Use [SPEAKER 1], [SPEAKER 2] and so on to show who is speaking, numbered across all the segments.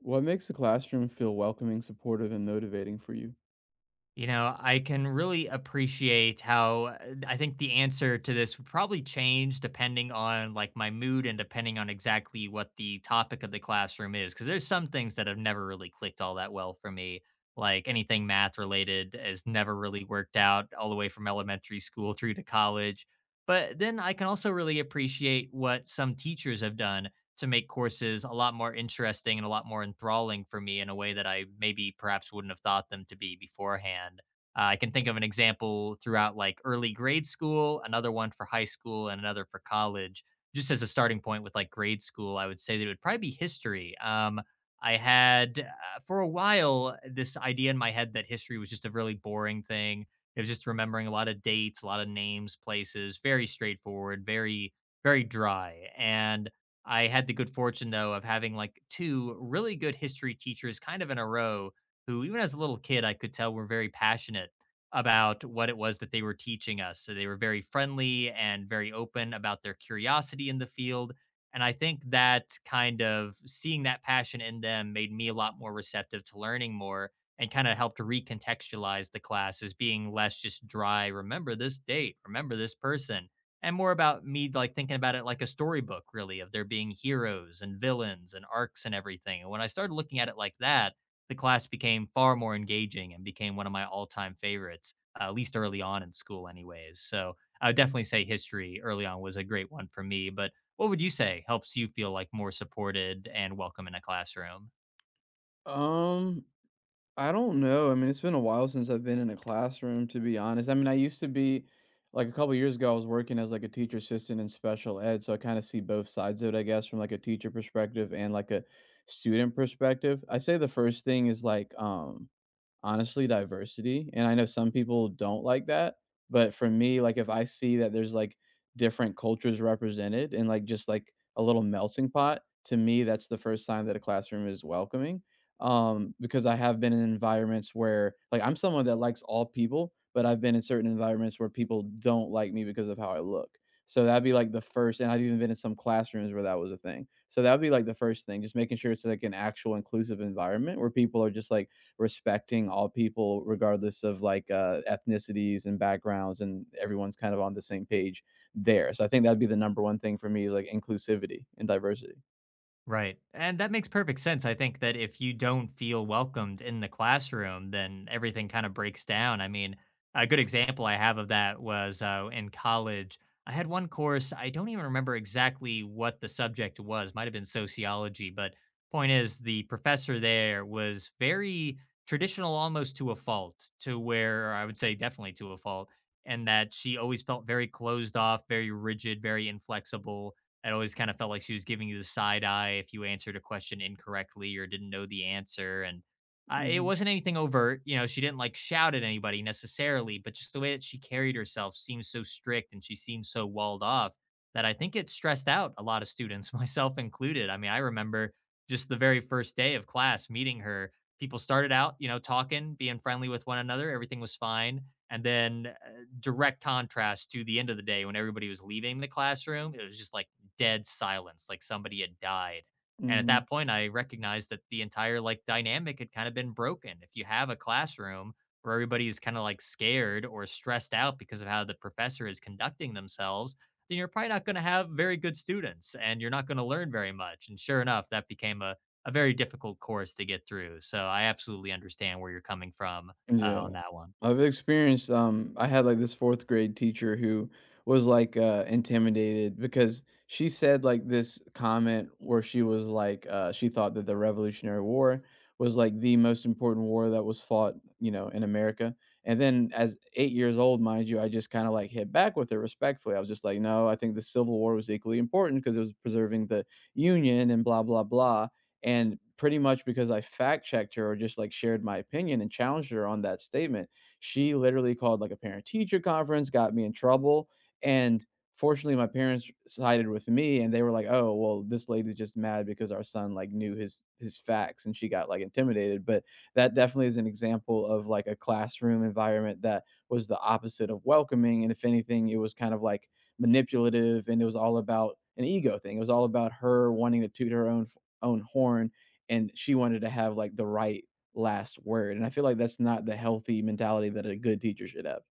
[SPEAKER 1] What makes the classroom feel welcoming, supportive, and motivating for you?
[SPEAKER 2] You know, I can really appreciate how I think the answer to this would probably change depending on like my mood and depending on exactly what the topic of the classroom is. Cause there's some things that have never really clicked all that well for me. Like anything math related has never really worked out all the way from elementary school through to college. But then I can also really appreciate what some teachers have done to make courses a lot more interesting and a lot more enthralling for me in a way that I maybe perhaps wouldn't have thought them to be beforehand. I can think of an example throughout like early grade school, another one for high school, and another for college. Just as a starting point with like grade school, I would say that it would probably be history. I had for a while this idea in my head that history was just a really boring thing. It was just remembering a lot of dates, a lot of names, places, very straightforward, very dry. And I had the good fortune though of having like two really good history teachers kind of in a row who even as a little kid I could tell were very passionate about what it was that they were teaching us. So they were very friendly and very open about their curiosity in the field. And I think that kind of seeing that passion in them made me a lot more receptive to learning more and kind of helped recontextualize the class as being less just dry, remember this date, remember this person, and more about me like thinking about it like a storybook, really, of there being heroes and villains and arcs and everything. And when I started looking at it like that, the class became far more engaging and became one of my all-time favorites, at least early on in school anyways. So I would
[SPEAKER 1] Mm.
[SPEAKER 2] definitely say history early on was a great one for me. But what would you say helps you feel like more supported and welcome in a classroom?
[SPEAKER 1] Um, I don't know. I mean, it's been a while since I've been in a classroom, to be honest. I mean, I used to be like a couple years ago, I was working as like a teacher assistant in special ed, so I kind of see both sides of it, I guess, from like a teacher perspective and like a student perspective. I say the first thing is like, honestly, diversity, and I know some people don't like that, but for me, like, if I see that there's, like, different cultures represented and, like, just, like, a little melting pot, to me, that's the first sign that a classroom is welcoming, because I have been in environments where like, I'm someone that likes all people, but I've been in certain environments where people don't like me because of how I look. So that'd be, like, the first, and I've even been in some classrooms where that was a thing. So that'd be, like, the first thing, just making sure it's, like, an actual inclusive environment where people are just, like, respecting all people regardless of like ethnicities and backgrounds, and everyone's kind of on the same page there. So I think that'd be the number one thing for me, is like inclusivity and diversity.
[SPEAKER 2] Right. And that makes perfect sense. I think that if you don't feel welcomed in the classroom, then everything kind of breaks down. I mean, a good example I have of that was in college. I had one course, I don't even remember exactly what the subject was, might have been sociology, but point is, the professor there was very traditional almost to a fault, to where I would say definitely to a fault, and that she always felt very closed off, very rigid, very inflexible. It always kind of felt like she was giving you the side eye if you answered a question incorrectly or didn't know the answer. And it
[SPEAKER 1] Hmm.
[SPEAKER 2] wasn't anything overt. You know, she didn't like shout at anybody necessarily, but just the way that she carried herself seemed so strict and she seemed so walled off that I think it stressed out a lot of students, myself included. I mean, I remember just the very first day of class meeting her. People started out, you know, talking, being friendly with one another. Everything was fine. And then direct contrast to the end of the day when everybody was leaving the classroom, it was just like dead silence, like somebody had died. And at
[SPEAKER 1] Hmm.
[SPEAKER 2] that point, I recognized that the entire like dynamic had kind of been broken. If you have a classroom where everybody is kind of like scared or stressed out because of how the professor is conducting themselves, then you're probably not going to have very good students and you're not going to learn very much. And sure enough, that became a very difficult course to get through. So I absolutely understand where you're coming from,
[SPEAKER 1] Yeah,
[SPEAKER 2] on that one.
[SPEAKER 1] I've experienced I had like this fourth grade teacher who was like intimidated, because she said like this comment where she was like she thought that the Revolutionary War was like the most important war that was fought, you know, in America. And then as 8 years old, mind you, I just kind of like hit back with her respectfully. I was just like, "No, I think the Civil War was equally important because it was preserving the Union and blah blah blah." And pretty much because I fact checked her or just like shared my opinion and challenged her on that statement, she literally called like a parent teacher conference, got me in trouble. And fortunately, my parents sided with me and they were like, oh, well, this lady's just mad because our son like knew his facts and she got like intimidated. But that definitely is an example of like a classroom environment that was the opposite of welcoming. And if anything, it was kind of like manipulative, and it was all about an ego thing. It was all about her wanting to toot her own horn, and she wanted to have like the right last word, and I feel like that's not the healthy mentality that a good teacher should have.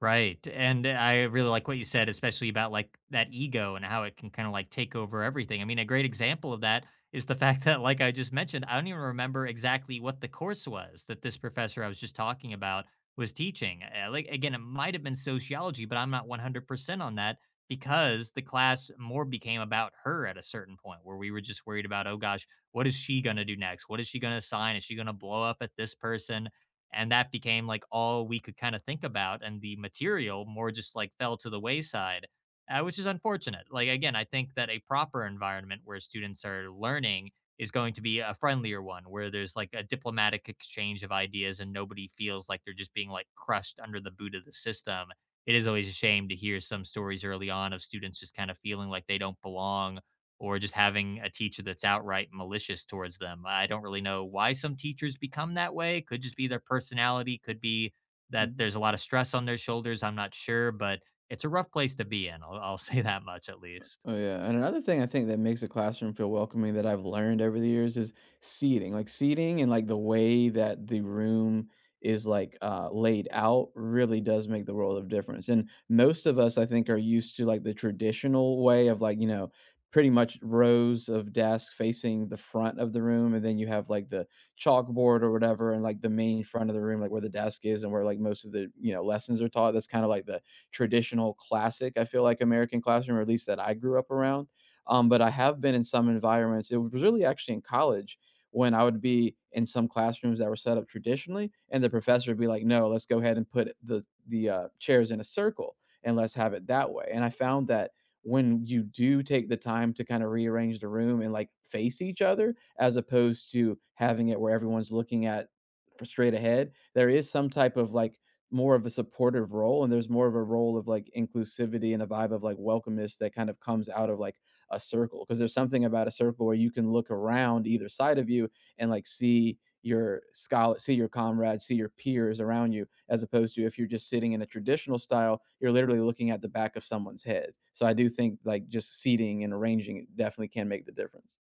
[SPEAKER 2] Right. And I really like what you said, especially about like that ego and how it can kind of like take over everything. I mean, a great example of that is the fact that, like I just mentioned, I don't even remember exactly what the course was that this professor I was just talking about was teaching. Like, again, it might have been sociology, but I'm not 100% on that, because the class more became about her at a certain point where we were just worried about, oh gosh, what is she going to do next? What is she going to assign? Is she going to blow up at this person? And that became like all we could kind of think about, and the material more just like fell to the wayside. Which is unfortunate. Like, again, I think that a proper environment where students are learning is going to be a friendlier one, where there's like a diplomatic exchange of ideas and nobody feels like they're just being like crushed under the boot of the system. It is always a shame to hear some stories early on of students just kind of feeling like they don't belong, or just having a teacher that's outright malicious towards them. I don't really know why some teachers become that way. Could just be their personality, could be that
[SPEAKER 1] Mhm.
[SPEAKER 2] there's a lot of stress on their shoulders. I'm not sure, but it's a rough place to be in. I'll say that much at least.
[SPEAKER 1] Oh yeah, and another thing I think that makes a classroom feel welcoming that I've learned over the years is seating. Like seating and like the way that the room is like laid out really does make the world of difference. And most of us, I think, are used to like the traditional way of like you know pretty much rows of desks facing the front of the room, and then you have like the chalkboard or whatever, and like the main front of the room, like where the desk is and where like most of the you know lessons are taught. That's kind of like the traditional classic, I feel like, American classroom, or at least that I grew up around. But I have been in some environments. It was really actually in college when I would be in some classrooms that were set up traditionally, and the professor would be like, "No, let's go ahead and put the chairs in a circle and let's have it that way." And I found that when you do take the time to kind of rearrange the room and like face each other, as opposed to having it where everyone's looking at for straight ahead, there is some type of like more of a supportive role, and there's more of a role of like inclusivity and a vibe of like welcomeness that kind of comes out of like a circle, because there's something about a circle where you can look around either side of you and like see your scholar, see your comrades, see your peers around you, as opposed to if you're just sitting in a traditional style you're literally looking at the back of someone's head. So I do think like just seating and arranging definitely can make the difference.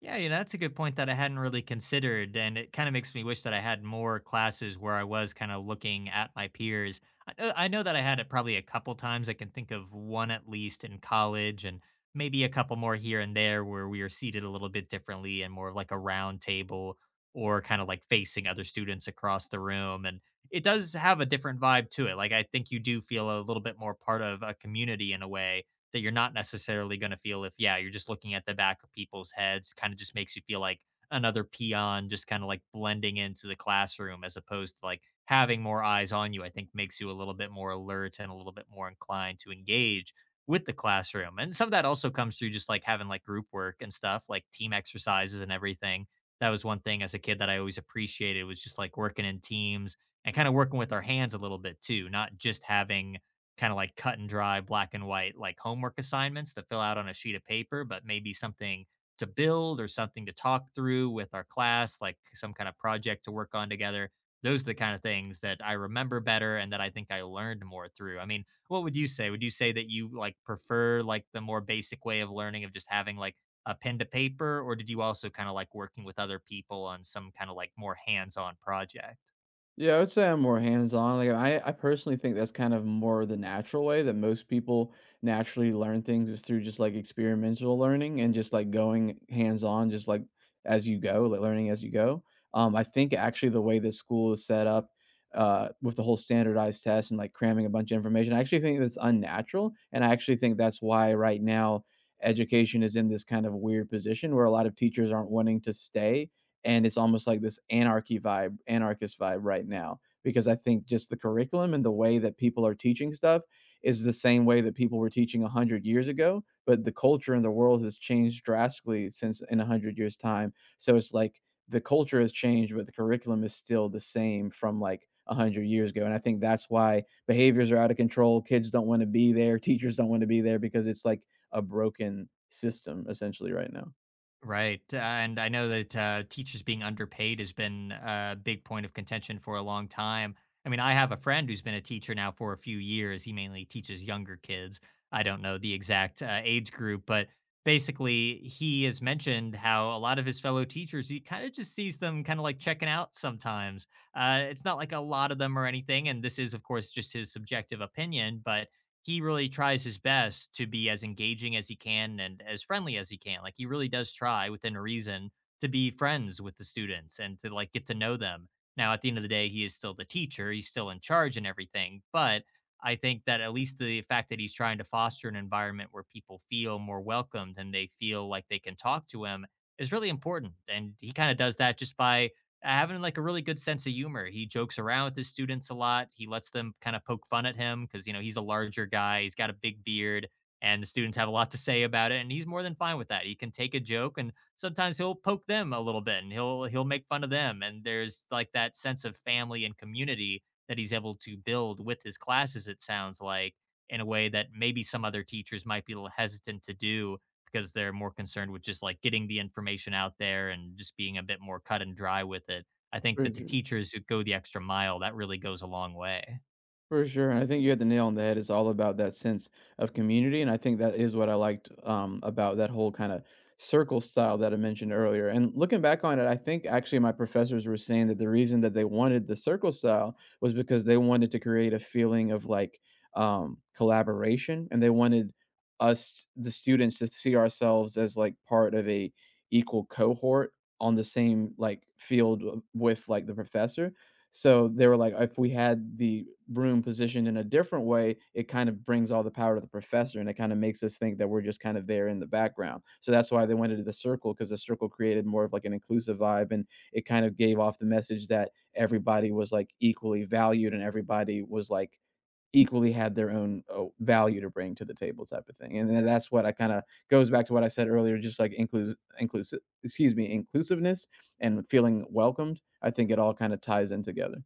[SPEAKER 2] Yeah, you know, that's a good point that I hadn't really considered. And it kind of makes me wish that I had more classes where I was kind of looking at my peers. I know that I had it probably a couple times. I can think of one at least in college, and maybe a couple more here and there where we are seated a little bit differently and more of like a round table, or kind of like facing other students across the room. And it does have a different vibe to it. Like, I think you do feel a little bit more part of a community in a way that you're not necessarily going to feel if, yeah, you're just looking at the back of people's heads. Kind of just makes you feel like another peon, just kind of like blending into the classroom, as opposed to like having more eyes on you, I think makes you a little bit more alert and a little bit more inclined to engage with the classroom. And some of that also comes through just like having like group work and stuff, like team exercises and everything. That was one thing as a kid that I always appreciated, was just like working in teams and kind of working with our hands a little bit too, not just having kind of like cut and dry, black and white, like homework assignments to fill out on a sheet of paper, but maybe something to build or something to talk through with our class, like some kind of project to work on together. Those are the kind of things that I remember better and that I think I learned more through. I mean, what would you say? Would you say that you like prefer like the more basic way of learning of just having like a pen to paper, or did you also kind of like working with other people on some kind of like more hands on project?
[SPEAKER 1] Yeah, I would say I'm more hands-on. Like I personally think that's kind of more the natural way that most people naturally learn things, is through just like experimental learning and just like going hands-on, just like as you go, like learning as you go. I think actually the way that school is set up, with the whole standardized test and like cramming a bunch of information, I actually think that's unnatural, and I actually think that's why right now education is in this kind of weird position where a lot of teachers aren't wanting to stay, and it's almost like this anarchy vibe anarchist vibe right now, because I think just the curriculum and the way that people are teaching stuff is the same way that people were teaching 100 years ago, but the culture in the world has changed drastically since in 100 years time. So it's like the culture has changed but the curriculum is still the same from like 100 years ago, and I think that's why behaviors are out of control, kids don't want to be there, teachers don't want to be there, because it's like a broken system essentially right now.
[SPEAKER 2] Right, and I know that, teachers being underpaid has been a big point of contention for a long time. I mean, I have a friend who's been a teacher now for a few years. He mainly teaches younger kids. I don't know the exact, age group, but basically, he has mentioned how a lot of his fellow teachers, he kinda just sees them kinda, like, checking out sometimes. It's not like a lot of them or anything, and this is, of course, just his subjective opinion, but he really tries his best to be as engaging as he can and as friendly as he can. Like he really does try within reason to be friends with the students and to like get to know them. Now, at the end of the day, he is still the teacher, he's still in charge and everything. But I think that at least the fact that he's trying to foster an environment where people feel more welcomed and they feel like they can talk to him is really important. And he kind of does that just by having like a really good sense of humor. He jokes around with his students a lot. He lets them kind of poke fun at him, because you know he's a larger guy. He's got a big beard, and the students have a lot to say about it. And he's more than fine with that. He can take a joke, and sometimes he'll poke them a little bit, and he'll make fun of them. And there's like that sense of family and community that he's able to build with his classes. It sounds like in a way that maybe some other teachers might be a little hesitant to do, because they're more concerned with just like getting the information out there and just being a bit more cut and dry with it. I think that the teachers who go the extra mile, that really goes a long way.
[SPEAKER 1] For sure, and I think you hit the nail on the head. It's all about that sense of community, and I think that is what I liked about that whole kind of circle style that I mentioned earlier. And looking back on it, I think actually my professors were saying that the reason that they wanted the circle style was because they wanted to create a feeling of like collaboration, and they wanted us, the students, to see ourselves as like part of a equal cohort on the same like field with like the professor. So they were like, if we had the room positioned in a different way, it kind of brings all the power to the professor and it kind of makes us think that we're just kind of there in the background. So that's why they went into the circle, because the circle created more of like an inclusive vibe, and it kind of gave off the message that everybody was like equally valued and everybody was like equally had their own value to bring to the table type of thing. And then that's what I kind of goes back to what I said earlier, just like includes inclusive, excuse me, inclusiveness and feeling welcomed. I think it all kind of ties in together.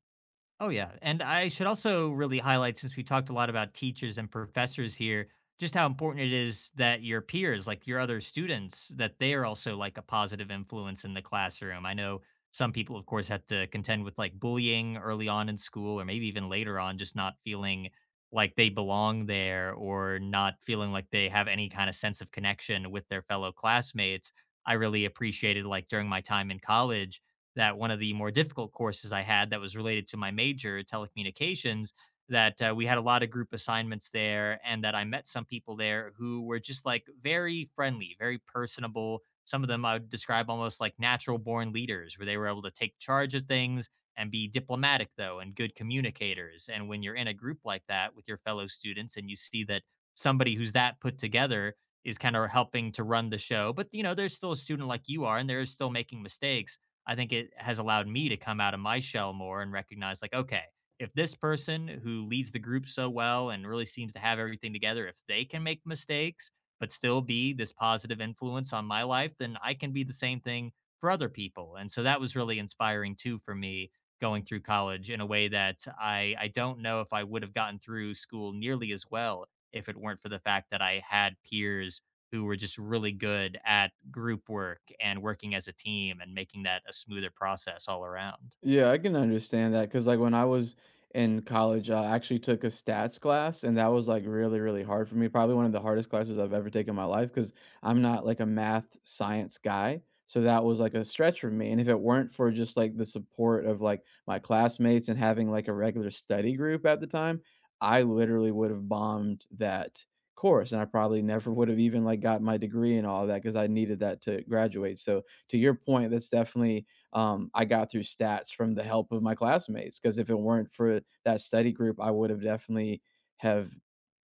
[SPEAKER 2] Oh, yeah. And I should also really highlight, since we talked a lot about teachers and professors here, just how important it is that your peers, like your other students, that they are also like a positive influence in the classroom. I know some people, of course, had to contend with like bullying early on in school, or maybe even later on, just not feeling like they belong there, or not feeling like they have any kind of sense of connection with their fellow classmates. I really appreciated, like, during my time in college, that one of the more difficult courses I had that was related to my major, telecommunications, that we had a lot of group assignments there, and that I met some people there who were just like very friendly, very personable. Some of them I would describe almost like natural born leaders, where they were able to take charge of things and be diplomatic, though, and good communicators. And when you're in a group like that with your fellow students and you see that somebody who's that put together is kind of helping to run the show, but you know, there's still a student like you are, and they're still making mistakes. I think it has allowed me to come out of my shell more and recognize, like, okay, if this person who leads the group so well and really seems to have everything together, if they can make mistakes but still be this positive influence on my life, then I can be the same thing for other people. And so that was really inspiring too for me going through college, in a way that I don't know if I would have gotten through school nearly as well if it weren't for the fact that I had peers who were just really good at group work and working as a team, and making that a smoother process all around.
[SPEAKER 1] Yeah, I can understand that because, like, when I was in college, I actually took a stats class, and that was like really, really hard for me. Probably one of the hardest classes I've ever taken in my life, because I'm not like a math science guy. So that was like a stretch for me. And if it weren't for just like the support of like my classmates and having like a regular study group at the time, I literally would have bombed that course, and I probably never would have even like got my degree and all that, because I needed that to graduate. So to your point, that's definitely I got through stats from the help of my classmates. Because if it weren't for that study group, I would have definitely have,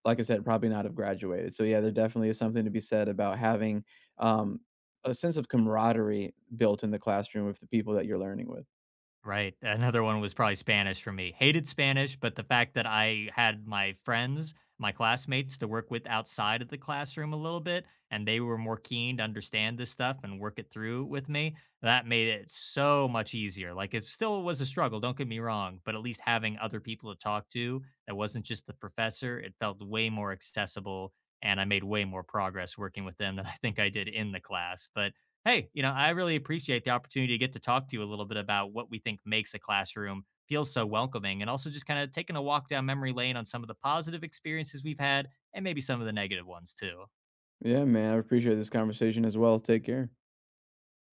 [SPEAKER 1] like I said, probably not have graduated. So yeah, there definitely is something to be said about having um, a sense of camaraderie built in the classroom with the people that you're learning with.
[SPEAKER 2] Right. Another one was probably Spanish for me. Hated Spanish, but the fact that I had my friends, my classmates to work with outside of the classroom a little bit, and they were more keen to understand this stuff and work it through with me, that made it so much easier. Like, it still was a struggle, don't get me wrong, but at least having other people to talk to that wasn't just the professor, it felt way more accessible. And I made way more progress working with them than I think I did in the class. But hey, I really appreciate the opportunity to get to talk to you a little bit about what we think makes a classroom feel so welcoming, and also just kind of taking a walk down memory lane on some of the positive experiences we've had, and maybe some of the negative ones too.
[SPEAKER 1] Yeah, man, I appreciate this conversation as well. Take care.